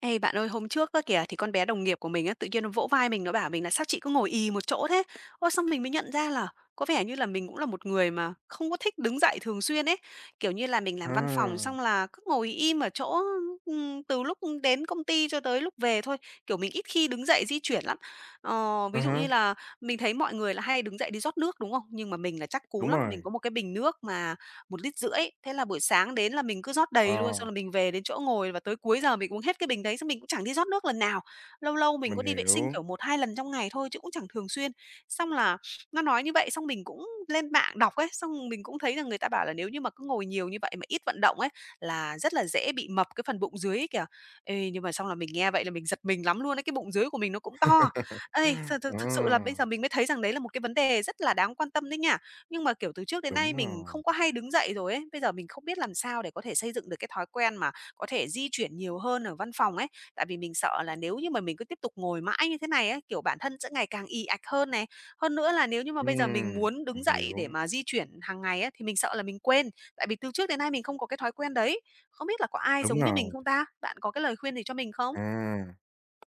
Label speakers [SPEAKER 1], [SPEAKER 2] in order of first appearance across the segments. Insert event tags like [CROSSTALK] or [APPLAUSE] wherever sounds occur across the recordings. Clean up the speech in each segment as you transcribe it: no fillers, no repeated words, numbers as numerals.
[SPEAKER 1] Ê, bạn ơi, hôm trước á kìa thì con bé đồng nghiệp của mình á tự nhiên nó vỗ vai mình nó bảo mình là sao chị cứ ngồi ì một chỗ thế? Ôi xong mình mới nhận ra là có vẻ như là mình cũng là một người mà không có thích đứng dậy thường xuyên ấy. Kiểu như là mình làm văn phòng
[SPEAKER 2] À,
[SPEAKER 1] xong là cứ ngồi im ở chỗ từ lúc đến công ty cho tới lúc về thôi. Kiểu mình ít khi đứng dậy di chuyển lắm. Ờ,
[SPEAKER 2] à
[SPEAKER 1] ví dụ như
[SPEAKER 2] há,
[SPEAKER 1] là mình thấy mọi người là hay đứng dậy đi rót nước đúng không? Nhưng mà mình là chắc cú
[SPEAKER 2] đúng
[SPEAKER 1] lắm, mình
[SPEAKER 2] rồi,
[SPEAKER 1] có một cái bình nước mà một lít rưỡi. Thế là buổi sáng đến là mình cứ rót
[SPEAKER 2] ờ,
[SPEAKER 1] đầy luôn, xong là mình về đến chỗ ngồi và tới cuối giờ mình uống hết cái bình đấy, xong mình cũng chẳng đi rót nước lần nào. Lâu lâu mình
[SPEAKER 2] mình
[SPEAKER 1] có đi vệ sinh,
[SPEAKER 2] hiểu.
[SPEAKER 1] kiểu, một hai lần trong ngày thôi chứ cũng chẳng thường xuyên. Xong là nó nói như vậy, xong mình cũng lên mạng đọc ấy, xong mình cũng thấy rằng người ta bảo là nếu như mà cứ ngồi nhiều như vậy mà ít vận động ấy, là rất là dễ bị mập cái phần bụng dưới ấy kìa. Ê, nhưng mà xong là mình nghe vậy là mình giật mình lắm luôn ấy, cái bụng dưới của mình nó cũng to.
[SPEAKER 2] [LAUGHS]
[SPEAKER 1] Ây, thực thực thực sự là bây
[SPEAKER 2] Ờ,
[SPEAKER 1] giờ mình mới thấy rằng đấy là một cái vấn đề rất là đáng quan tâm đấy nhỉ? Nhưng mà, kiểu, từ trước đến nay
[SPEAKER 2] đúng
[SPEAKER 1] mình không
[SPEAKER 2] rồi,
[SPEAKER 1] có hay đứng dậy rồi ấy, bây giờ mình không biết làm sao để có thể xây dựng được cái thói quen mà có thể di chuyển nhiều hơn ở văn phòng ấy. Tại vì mình sợ là nếu như mà mình cứ tiếp tục ngồi mãi như thế này á, kiểu, bản thân sẽ ngày càng ì ạch hơn này. Hơn nữa là nếu như mà bây giờ
[SPEAKER 2] ừm,
[SPEAKER 1] mình muốn đứng
[SPEAKER 2] mình
[SPEAKER 1] dậy để
[SPEAKER 2] hiểu,
[SPEAKER 1] mà di chuyển hàng ngày á, thì mình sợ là mình quên, tại vì từ trước đến nay mình không có cái thói quen đấy. Không biết là có ai giống
[SPEAKER 2] đúng
[SPEAKER 1] như mình
[SPEAKER 2] rồi,
[SPEAKER 1] không ta? Bạn có cái lời khuyên gì cho mình không?
[SPEAKER 2] à.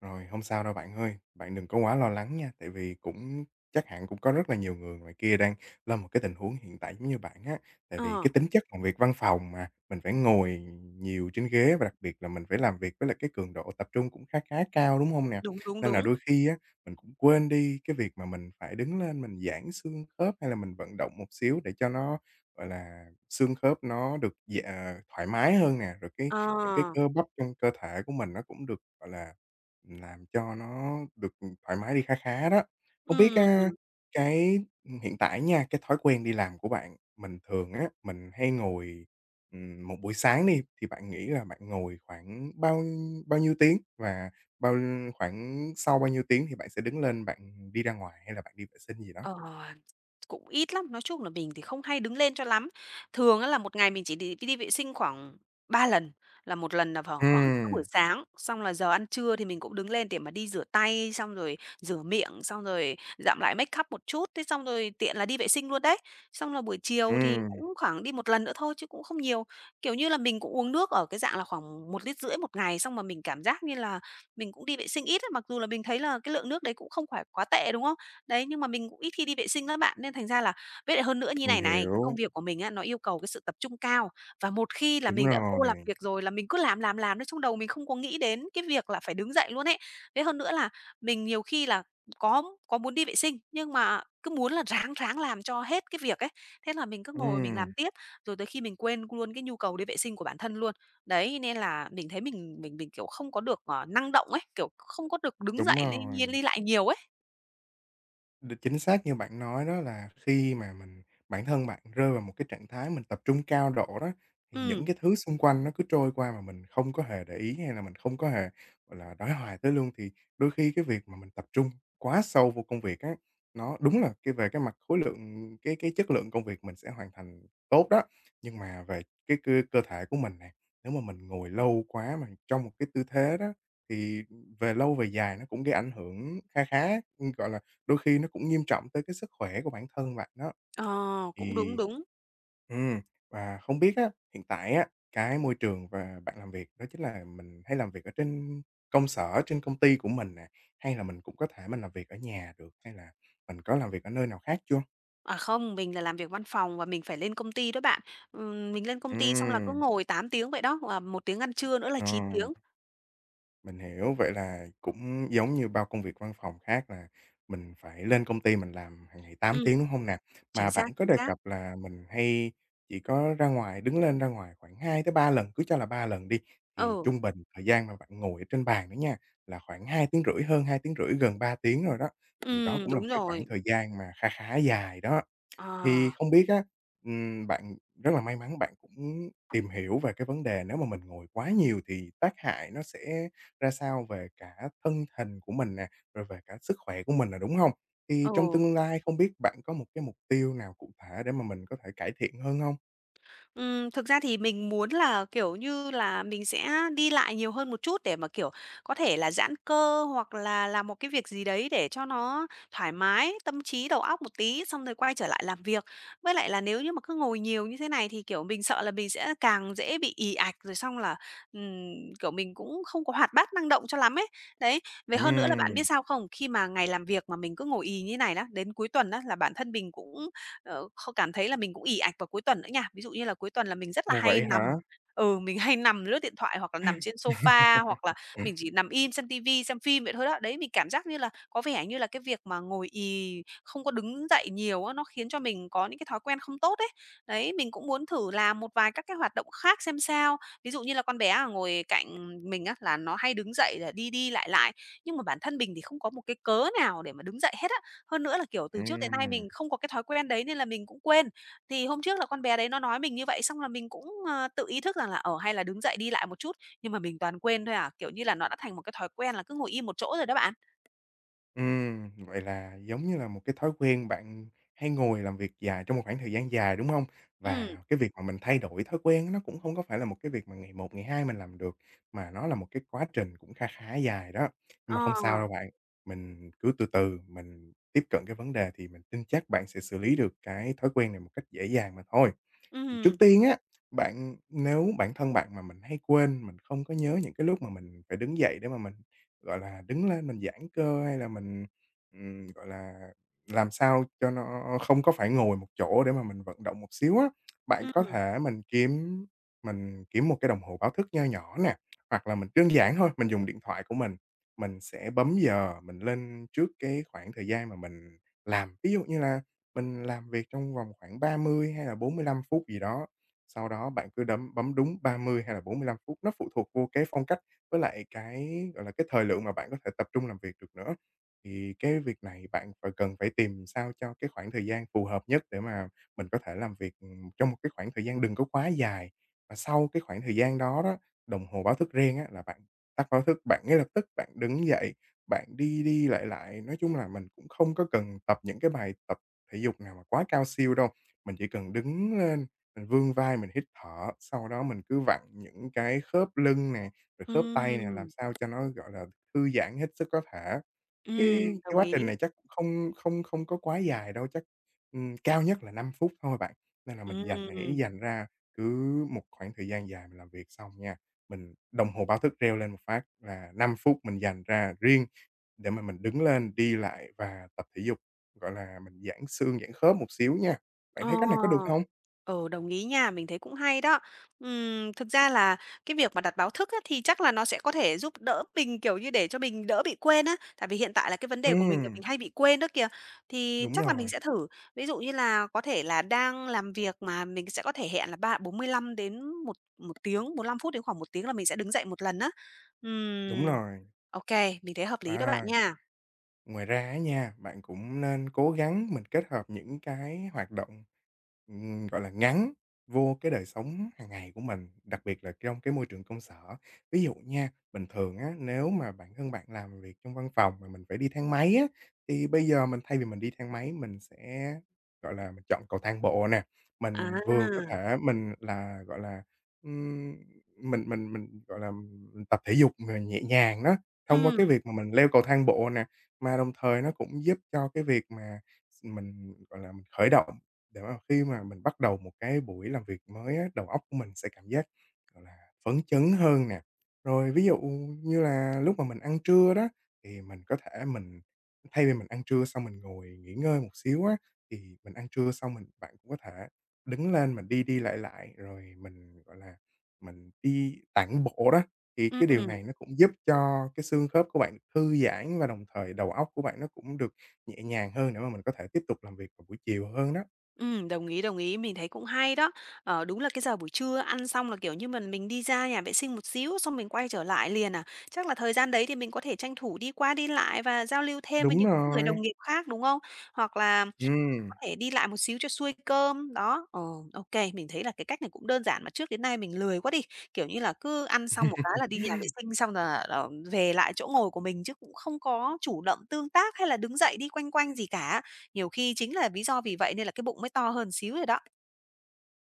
[SPEAKER 2] Rồi, hông sao đâu bạn ơi, bạn đừng có quá lo lắng nha, tại vì cũng chắc hẳn cũng có rất là nhiều người ngoài kia đang lâm một cái tình huống hiện tại giống như bạn á. Tại vì
[SPEAKER 1] Ờ,
[SPEAKER 2] cái tính chất làm việc văn phòng mà, mình phải ngồi nhiều trên ghế và đặc biệt là mình phải làm việc với lại cái cường độ tập trung cũng khá khá cao, đúng không nè?
[SPEAKER 1] đúng, đúng,
[SPEAKER 2] Nên là
[SPEAKER 1] đúng.
[SPEAKER 2] đôi khi á, mình cũng quên đi cái việc mà mình phải đứng lên mình giãn xương khớp hay là mình vận động một xíu để cho nó, gọi là, xương khớp nó được thoải mái hơn nè, rồi
[SPEAKER 1] Ờ,
[SPEAKER 2] những cái cơ bắp trong cơ thể của mình nó cũng được, gọi là làm cho nó được, thoải mái đi khá khá đó. Không biết
[SPEAKER 1] ừm.
[SPEAKER 2] á, cái, hiện tại nha, cái thói quen đi làm của bạn, mình thường á, mình hay ngồi một buổi sáng đi, thì bạn nghĩ là bạn ngồi khoảng bao bao nhiêu tiếng? Và bao khoảng sau bao nhiêu tiếng thì bạn sẽ đứng lên bạn đi ra ngoài hay là bạn đi vệ sinh gì đó?
[SPEAKER 1] Ờ, cũng ít lắm, nói chung là mình thì không hay đứng lên cho lắm. Thường á là một ngày mình chỉ đi đi vệ sinh khoảng 3 lần, là một lần là vào khoảng lúc
[SPEAKER 2] Ừm,
[SPEAKER 1] buổi sáng, xong là giờ ăn trưa thì mình cũng đứng lên để mà đi rửa tay, xong rồi rửa miệng, xong rồi dặm lại make up một chút, thế xong rồi tiện là đi vệ sinh luôn đấy. Xong là buổi chiều thì
[SPEAKER 2] ừm,
[SPEAKER 1] cũng khoảng đi một lần nữa thôi chứ cũng không nhiều. Kiểu như là mình cũng uống nước ở cái dạng là khoảng 1,5 lít một ngày, xong mà mình cảm giác như là mình cũng đi vệ sinh ít á, mặc dù là mình thấy là cái lượng nước đấy cũng không phải quá tệ, đúng không? Đấy, nhưng mà mình cũng ít khi đi vệ sinh lắm bạn, nên thành ra là với lại hơn nữa như
[SPEAKER 2] mình
[SPEAKER 1] này này, cái công
[SPEAKER 2] hiểu.
[SPEAKER 1] việc của mình á, nó yêu cầu cái sự tập trung cao, và một khi là
[SPEAKER 2] Đúng
[SPEAKER 1] mình đã vô làm
[SPEAKER 2] rồi.
[SPEAKER 1] việc rồi là mình cứ làm đấy, trong đầu mình không có nghĩ đến cái việc là phải đứng dậy luôn ấy. Với hơn nữa là mình nhiều khi là có muốn đi vệ sinh, nhưng mà cứ muốn là ráng ráng làm cho hết cái việc ấy, thế là mình cứ ngồi mình
[SPEAKER 2] Ừm,
[SPEAKER 1] làm tiếp, rồi tới khi mình quên luôn cái nhu cầu đi vệ sinh của bản thân luôn. Đấy, nên là mình thấy mình, kiểu, không có được, năng động ấy, kiểu, không có được đứng
[SPEAKER 2] đúng
[SPEAKER 1] dậy li
[SPEAKER 2] rồi.
[SPEAKER 1] nhiên đi lại nhiều ấy.
[SPEAKER 2] Chính xác như bạn nói đó là khi mà bản thân bạn rơi vào một cái trạng thái mình tập trung cao độ đó, thì những
[SPEAKER 1] Ừm.
[SPEAKER 2] cái thứ xung quanh nó cứ trôi qua mà mình không có hề để ý hay là mình không có hề, gọi là, đối hoài tới luôn. Thì đôi khi cái việc mà mình tập trung quá sâu vô công việc á, nó đúng là cái về cái mặt khối lượng cái chất lượng công việc mình sẽ hoàn thành tốt đó. Nhưng mà về cái cơ cơ thể của mình nè, nếu mà mình ngồi lâu quá mà trong một cái tư thế đó, thì về lâu về dài nó cũng gây ảnh hưởng khá khá, gọi là. Đôi khi nó cũng nghiêm trọng tới cái sức khỏe của bản thân bạn đó.
[SPEAKER 1] Ờ, cũng đúng,
[SPEAKER 2] Thì
[SPEAKER 1] đúng.
[SPEAKER 2] ừm, và không biết á, hiện tại á, cái môi trường và bạn làm việc đó chính là mình hay làm việc ở trên công sở, trên công ty của mình nè, hay là mình cũng có thể mình làm việc ở nhà được, hay là mình có làm việc ở nơi nào khác chưa?
[SPEAKER 1] À, không, mình là làm việc văn phòng và mình phải lên công ty đó bạn. Mình lên công ty xong là cứ
[SPEAKER 2] Ừm,
[SPEAKER 1] ngồi 8 tiếng vậy đó, và 1 tiếng ăn trưa nữa là
[SPEAKER 2] ờ.
[SPEAKER 1] 9 tiếng.
[SPEAKER 2] Mình hiểu, vậy là cũng giống như bao công việc văn phòng khác là mình phải lên công ty mình làm hàng ngày tám
[SPEAKER 1] Ừm,
[SPEAKER 2] tiếng, đúng không nè? Mà
[SPEAKER 1] chính xác,
[SPEAKER 2] bạn có
[SPEAKER 1] chính
[SPEAKER 2] đề
[SPEAKER 1] xác.
[SPEAKER 2] cập là mình hay chỉ có ra ngoài đứng lên ra ngoài khoảng 2 tới 3 lần, cứ cho là 3 lần đi, thì
[SPEAKER 1] Ừ,
[SPEAKER 2] trung bình thời gian mà bạn ngồi ở trên bàn đó nha, là khoảng 2 tiếng rưỡi, hơn 2 tiếng rưỡi, gần 3 tiếng rồi đó. Thì đó cũng là một
[SPEAKER 1] đúng
[SPEAKER 2] cái khoảng
[SPEAKER 1] rồi.
[SPEAKER 2] thời gian mà kha khá dài đó.
[SPEAKER 1] Ờ,
[SPEAKER 2] Thì không biết á, bạn rất là may mắn bạn cũng tìm hiểu về cái vấn đề nếu mà mình ngồi quá nhiều thì tác hại nó sẽ ra sao về cả thân hình của mình nè, rồi về cả sức khỏe của mình là đúng không. Thì trong
[SPEAKER 1] ừ.
[SPEAKER 2] tương lai không biết bạn có một cái mục tiêu nào cụ thể để mà mình có thể cải thiện hơn không?
[SPEAKER 1] Thực ra thì mình muốn là, kiểu như là, mình sẽ đi lại nhiều hơn một chút để mà, kiểu, có thể là giãn cơ hoặc là làm một cái việc gì đấy để cho nó thoải mái tâm trí, đầu óc một tí, xong rồi quay trở lại làm việc. Với lại là nếu như mà cứ ngồi nhiều như thế này thì, kiểu, mình sợ là mình sẽ càng dễ bị ì ạch, rồi xong là, ừm, kiểu, mình cũng không có hoạt bát, năng động cho lắm ấy. Đấy, về hơn nữa là bạn
[SPEAKER 2] Ừm,
[SPEAKER 1] biết sao không? Khi mà ngày làm việc mà mình cứ ngồi ì như này đó, đến cuối tuần đó là bản thân mình cũng ờ, kh cảm thấy là mình cũng ì ạch vào cuối tuần nữa nha. Ví dụ như là cuối tuần là mình rất là hay
[SPEAKER 2] vậy
[SPEAKER 1] nằm.
[SPEAKER 2] hả?
[SPEAKER 1] Mình hay nằm lướt điện thoại hoặc là nằm trên sofa, hoặc là
[SPEAKER 2] [LAUGHS]
[SPEAKER 1] mình chỉ nằm im xem tivi xem phim vậy thôi đó. Đấy, mình cảm giác như là có vẻ như là cái việc mà ngồi ì, không có đứng dậy nhiều á, nó khiến cho mình có những cái thói quen không tốt đấy. Đấy, mình cũng muốn thử làm một vài các cái hoạt động khác xem sao. Ví dụ như là con bé ở ngồi cạnh mình á, là nó hay đứng dậy là đi đi lại lại, nhưng mà bản thân mình thì không có một cái cớ nào để mà đứng dậy hết á. Hơn nữa là, kiểu, từ trước đến nay
[SPEAKER 2] Ừm.
[SPEAKER 1] mình không có cái thói quen đấy nên là mình cũng quên. Thì hôm trước là con bé đấy nó nói mình như vậy xong là mình cũng, ờ, tự ý thức rằng là, hay là đứng dậy đi lại một chút, nhưng mà mình toàn quên thôi à, kiểu như là, nó đã thành một cái thói quen là cứ ngồi im một chỗ rồi đó bạn.
[SPEAKER 2] Vậy là giống như là một cái thói quen bạn hay ngồi làm việc dài trong một khoảng thời gian dài, đúng hông?
[SPEAKER 1] Ừm.
[SPEAKER 2] Và cái việc mà mình thay đổi thói quen á, nó cũng hông có phải là một cái việc mà ngày một, ngày hai mình làm được, mà nó là một cái quá trình cũng kha khá dài đó. Nhưng
[SPEAKER 1] Ờ.
[SPEAKER 2] mà không sao đâu bạn, mình cứ từ từ mình tiếp cận cái vấn đề thì mình tin chắc bạn sẽ xử lý được cái thói quen này một cách dễ dàng mà thôi. Thì trước
[SPEAKER 1] Ừm.
[SPEAKER 2] tiên á, bạn nếu bản thân bạn mà mình hay quên, mình không có nhớ những cái lúc mà mình phải đứng dậy để mà mình, gọi là, đứng lên mình giãn cơ hay là mình, gọi là, làm sao cho nó không có phải ngồi một chỗ để mà mình vận động một xíu á, bạn có
[SPEAKER 1] Ừm.
[SPEAKER 2] thể mình kiếm một cái đồng hồ báo thức nho nhỏ nè, hoặc là mình đơn giản thôi, mình dùng điện thoại của mình sẽ bấm giờ mình lên trước cái khoảng thời gian mà mình làm. Ví dụ như là mình làm việc trong vòng khoảng 30 hay là 45 phút gì đó, sau đó bạn cứ bấm đúng 30 hay là 45 phút, nó phụ thuộc vô cái phong cách với lại cái, gọi là, cái thời lượng mà bạn có thể tập trung làm việc được nữa. Thì cái việc này bạn phải cần phải tìm sao cho cái khoảng thời gian phù hợp nhất để mà mình có thể làm việc, trong một cái khoảng thời gian đừng có quá dài. Và sau cái khoảng thời gian đó đó, đồng hồ báo thức riêng á là bạn tắt báo thức, bạn ngay lập tức bạn đứng dậy, bạn đi đi lại lại. Nói chung là mình cũng không có cần tập những cái bài tập thể dục nào mà quá cao siêu đâu. Mình chỉ cần đứng lên, mình vươn vai, mình hít thở, sau đó mình cứ vặn những cái khớp lưng nè, rồi khớp tay nè, làm
[SPEAKER 1] Ừm.
[SPEAKER 2] sao cho nó, gọi là, thư giãn hết sức có thể.
[SPEAKER 1] Ừm.
[SPEAKER 2] Cái
[SPEAKER 1] Đồng
[SPEAKER 2] quá trình
[SPEAKER 1] ý.
[SPEAKER 2] này chắc cũng không không không có quá dài đâu, chắc, cao nhất là 5 phút thôi bạn. Nên là mình hãy
[SPEAKER 1] Ừm.
[SPEAKER 2] dành ra cứ một khoảng thời gian dài mình làm việc xong nha, mình đồng hồ báo thức reo lên một phát là 5 phút mình dành ra riêng để mà mình đứng lên, đi lại và tập thể dục, gọi là, mình giãn xương, giãn khớp một xíu nha. Bạn
[SPEAKER 1] Ờ.
[SPEAKER 2] thấy cách này có được không?
[SPEAKER 1] Ừ, đồng ý nha, mình thấy cũng hay đó. Thực ra là cái việc mà đặt báo thức á, thì chắc là nó sẽ có thể giúp đỡ mình, kiểu như, để cho mình đỡ bị quên á, tại vì hiện tại là cái vấn đề của mình là
[SPEAKER 2] Ừm,
[SPEAKER 1] mình hay bị quên đó kìa. Thì
[SPEAKER 2] đúng
[SPEAKER 1] chắc là mình
[SPEAKER 2] rồi,
[SPEAKER 1] sẽ thử, ví dụ như là có thể là đang làm việc mà mình sẽ có thể hẹn là 45 đến một một tiếng, 45 phút đến khoảng một tiếng là mình sẽ đứng dậy một lần á.
[SPEAKER 2] đúng
[SPEAKER 1] Ừm,
[SPEAKER 2] rồi,
[SPEAKER 1] ô mình thấy hợp lý đó bạn
[SPEAKER 2] à.
[SPEAKER 1] nha.
[SPEAKER 2] Ngoài ra á nha, bạn cũng nên cố gắng mình kết hợp những cái hoạt động, gọi là, ngắn vô cái đời sống hàng ngày của mình, đặc biệt là trong cái môi trường công sở. Ví dụ nha, bình thường á, nếu mà bản thân bạn làm việc trong văn phòng mà mình phải đi thang máy á, thì bây giờ mình thay vì mình đi thang máy mình sẽ, gọi là, mình chọn cầu thang bộ nè. Mình vừa có
[SPEAKER 1] À.
[SPEAKER 2] thể mình là, gọi là, ừm, mình, gọi là, mình tập thể dục mà nhẹ nhàng đó, thông qua cái
[SPEAKER 1] Ừm.
[SPEAKER 2] việc mà mình leo cầu thang bộ nè. Mà đồng thời nó cũng giúp cho cái việc mà mình, gọi là, mình khởi động để mà khi mà mình bắt đầu một cái buổi làm việc mới á, đầu óc của mình sẽ cảm giác, gọi là, phấn chấn hơn nè. Rồi ví dụ như là lúc mà mình ăn trưa đó, thì mình có thể mình thay vì mình ăn trưa xong mình ngồi nghỉ ngơi một xíu á, thì mình ăn trưa xong mình bạn cũng có thể đứng lên mình đi đi lại lại, rồi mình, gọi là, mình đi tản bộ đó. Thì cái điều
[SPEAKER 1] Ừm.
[SPEAKER 2] này nó cũng giúp cho cái xương khớp của bạn thư giãn và đồng thời đầu óc của bạn nó cũng được nhẹ nhàng hơn để mà mình có thể tiếp tục làm việc vào buổi chiều hơn đó.
[SPEAKER 1] Đồng ý, mình thấy cũng hay đó. Ờ, đúng là cái giờ buổi trưa ăn xong là, kiểu như, mình đi ra nhà vệ sinh một xíu xong mình quay trở lại liền à. Chắc là thời gian đấy thì mình có thể tranh thủ đi qua đi lại và giao lưu thêm với
[SPEAKER 2] Đúng
[SPEAKER 1] những người
[SPEAKER 2] rồi,
[SPEAKER 1] đồng nghiệp khác, đúng không? Hoặc là
[SPEAKER 2] ừm.
[SPEAKER 1] thể đi lại một xíu cho xuôi cơm, đó. Ờ, ô mình thấy là cái cách này cũng đơn giản mà trước đến nay mình lười quá đi, kiểu như là, cứ ăn xong một cái là đi nhà vệ
[SPEAKER 2] [LAUGHS]
[SPEAKER 1] sinh xong là, ờ, về lại chỗ ngồi của mình chứ cũng không có chủ động tương tác hay là đứng dậy đi quanh quanh gì cả. Nhiều khi chính là lý do vì vậy nên là cái bụng mới to hơn xíu rồi đó.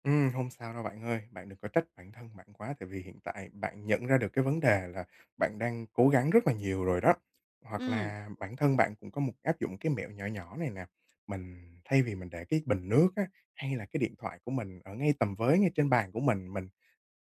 [SPEAKER 2] Không sao đâu bạn ơi, bạn đừng có trách bản thân bạn quá, tại vì hiện tại bạn nhận ra được cái vấn đề là bạn đang cố gắng rất là nhiều rồi đó. Hoặc
[SPEAKER 1] Ừm.
[SPEAKER 2] là bản thân bạn cũng có một áp dụng cái mẹo nhỏ nhỏ này nè, mình thay vì mình để cái bình nước á, hay là cái điện thoại của mình ở ngay tầm với ngay trên bàn của mình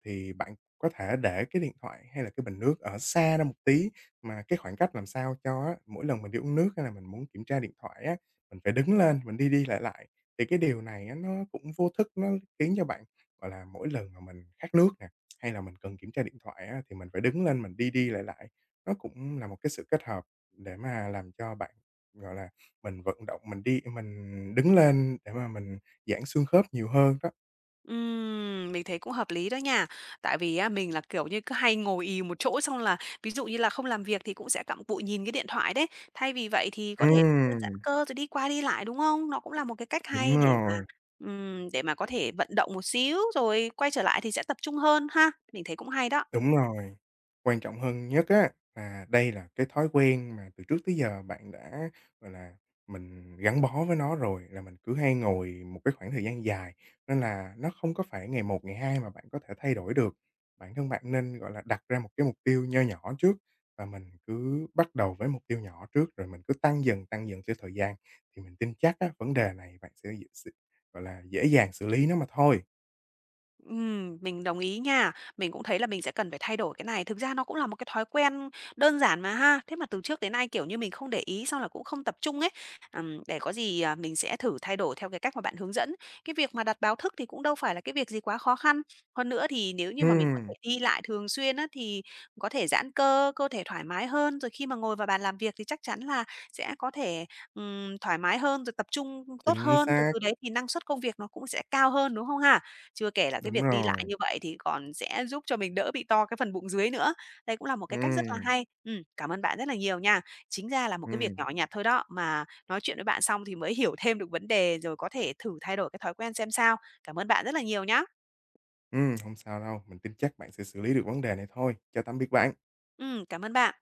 [SPEAKER 2] thì bạn có thể để cái điện thoại hay là cái bình nước ở xa ra một tí, mà cái khoảng cách làm sao cho á, mỗi lần mình đi uống nước hay là mình muốn kiểm tra điện thoại á, mình phải đứng lên, mình đi đi lại lại. Thì cái điều này á, nó cũng vô thức nó khiến cho bạn, gọi là, mỗi lần mà mình khát nước nè, hay là mình cần kiểm tra điện thoại á, thì mình phải đứng lên mình đi đi lại lại. Nó cũng là một cái sự kết hợp để mà làm cho bạn, gọi là, mình vận động, mình đi mình đứng lên để mà mình giãn xương khớp nhiều hơn đó.
[SPEAKER 1] Mình thấy cũng hợp lý đó nha. Tại vì á, mình là, kiểu như, cứ hay ngồi ì một chỗ xong là ví dụ như là không làm việc thì cũng sẽ cặm cụi nhìn cái điện thoại đấy. Thay vì vậy thì có thể đơn giản
[SPEAKER 2] Ừm,
[SPEAKER 1] cơ rồi đi qua đi lại, đúng không? Nó cũng là một cái cách
[SPEAKER 2] đúng
[SPEAKER 1] hay
[SPEAKER 2] rồi.
[SPEAKER 1] để mà có thể vận động một xíu rồi quay trở lại thì sẽ tập trung hơn ha. Mình thấy cũng hay đó.
[SPEAKER 2] Đúng rồi, quan trọng hơn nhất á là đây là cái thói quen mà từ trước tới giờ bạn đã, gọi là, mình gắn bó với nó rồi, là mình cứ hay ngồi một cái khoảng thời gian dài, nên là nó không có phải ngày một, ngày hai mà bạn có thể thay đổi được. Bản thân bạn nên, gọi là, đặt ra một cái mục tiêu nho nhỏ trước và mình cứ bắt đầu với mục tiêu nhỏ trước, rồi mình cứ tăng dần theo thời gian, thì mình tin chắc á, vấn đề này bạn sẽ dễ s gọi là, dễ dàng xử lý nó mà thôi.
[SPEAKER 1] Mình đồng ý nha. Mình cũng thấy là mình sẽ cần phải thay đổi cái này. Thực ra nó cũng là một cái thói quen đơn giản mà ha. Thế mà từ trước đến nay, kiểu như, mình không để ý xong là cũng không tập trung ấy. Để có gì, à, mình sẽ thử thay đổi theo cái cách mà bạn hướng dẫn. Cái việc mà đặt báo thức thì cũng đâu phải là cái việc gì quá khó khăn. Hơn nữa thì nếu như mà mình có thể
[SPEAKER 2] Ừm,
[SPEAKER 1] đi lại thường xuyên á, thì có thể giãn cơ, cơ thể thoải mái hơn. Rồi khi mà ngồi vào bàn làm việc thì chắc chắn là sẽ có thể, thoải mái hơn, rồi tập trung tốt
[SPEAKER 2] chính
[SPEAKER 1] hơn. Từ
[SPEAKER 2] xác,
[SPEAKER 1] từ đấy thì năng suất công việc nó cũng sẽ cao hơn, đúng không ha? Chưa kể là cái
[SPEAKER 2] đúng
[SPEAKER 1] việc đi lại
[SPEAKER 2] rồi,
[SPEAKER 1] như vậy thì còn sẽ giúp cho mình đỡ bị to cái phần bụng dưới nữa. Đây cũng là một cái cách rất là
[SPEAKER 2] ừm.
[SPEAKER 1] hay. Cảm ơn bạn rất là nhiều nha. Chính ra là một cái việc
[SPEAKER 2] Ừm,
[SPEAKER 1] nhỏ nhặt thôi đó, mà nói chuyện với bạn xong thì mới hiểu thêm được vấn đề, rồi có thể thử thay đổi cái thói quen xem sao. Cảm ơn bạn rất là nhiều nhá.
[SPEAKER 2] hông sao đâu, mình tin chắc bạn sẽ xử lý được vấn đề này thôi. Chào tạm biệt bạn.
[SPEAKER 1] Cảm ơn bạn.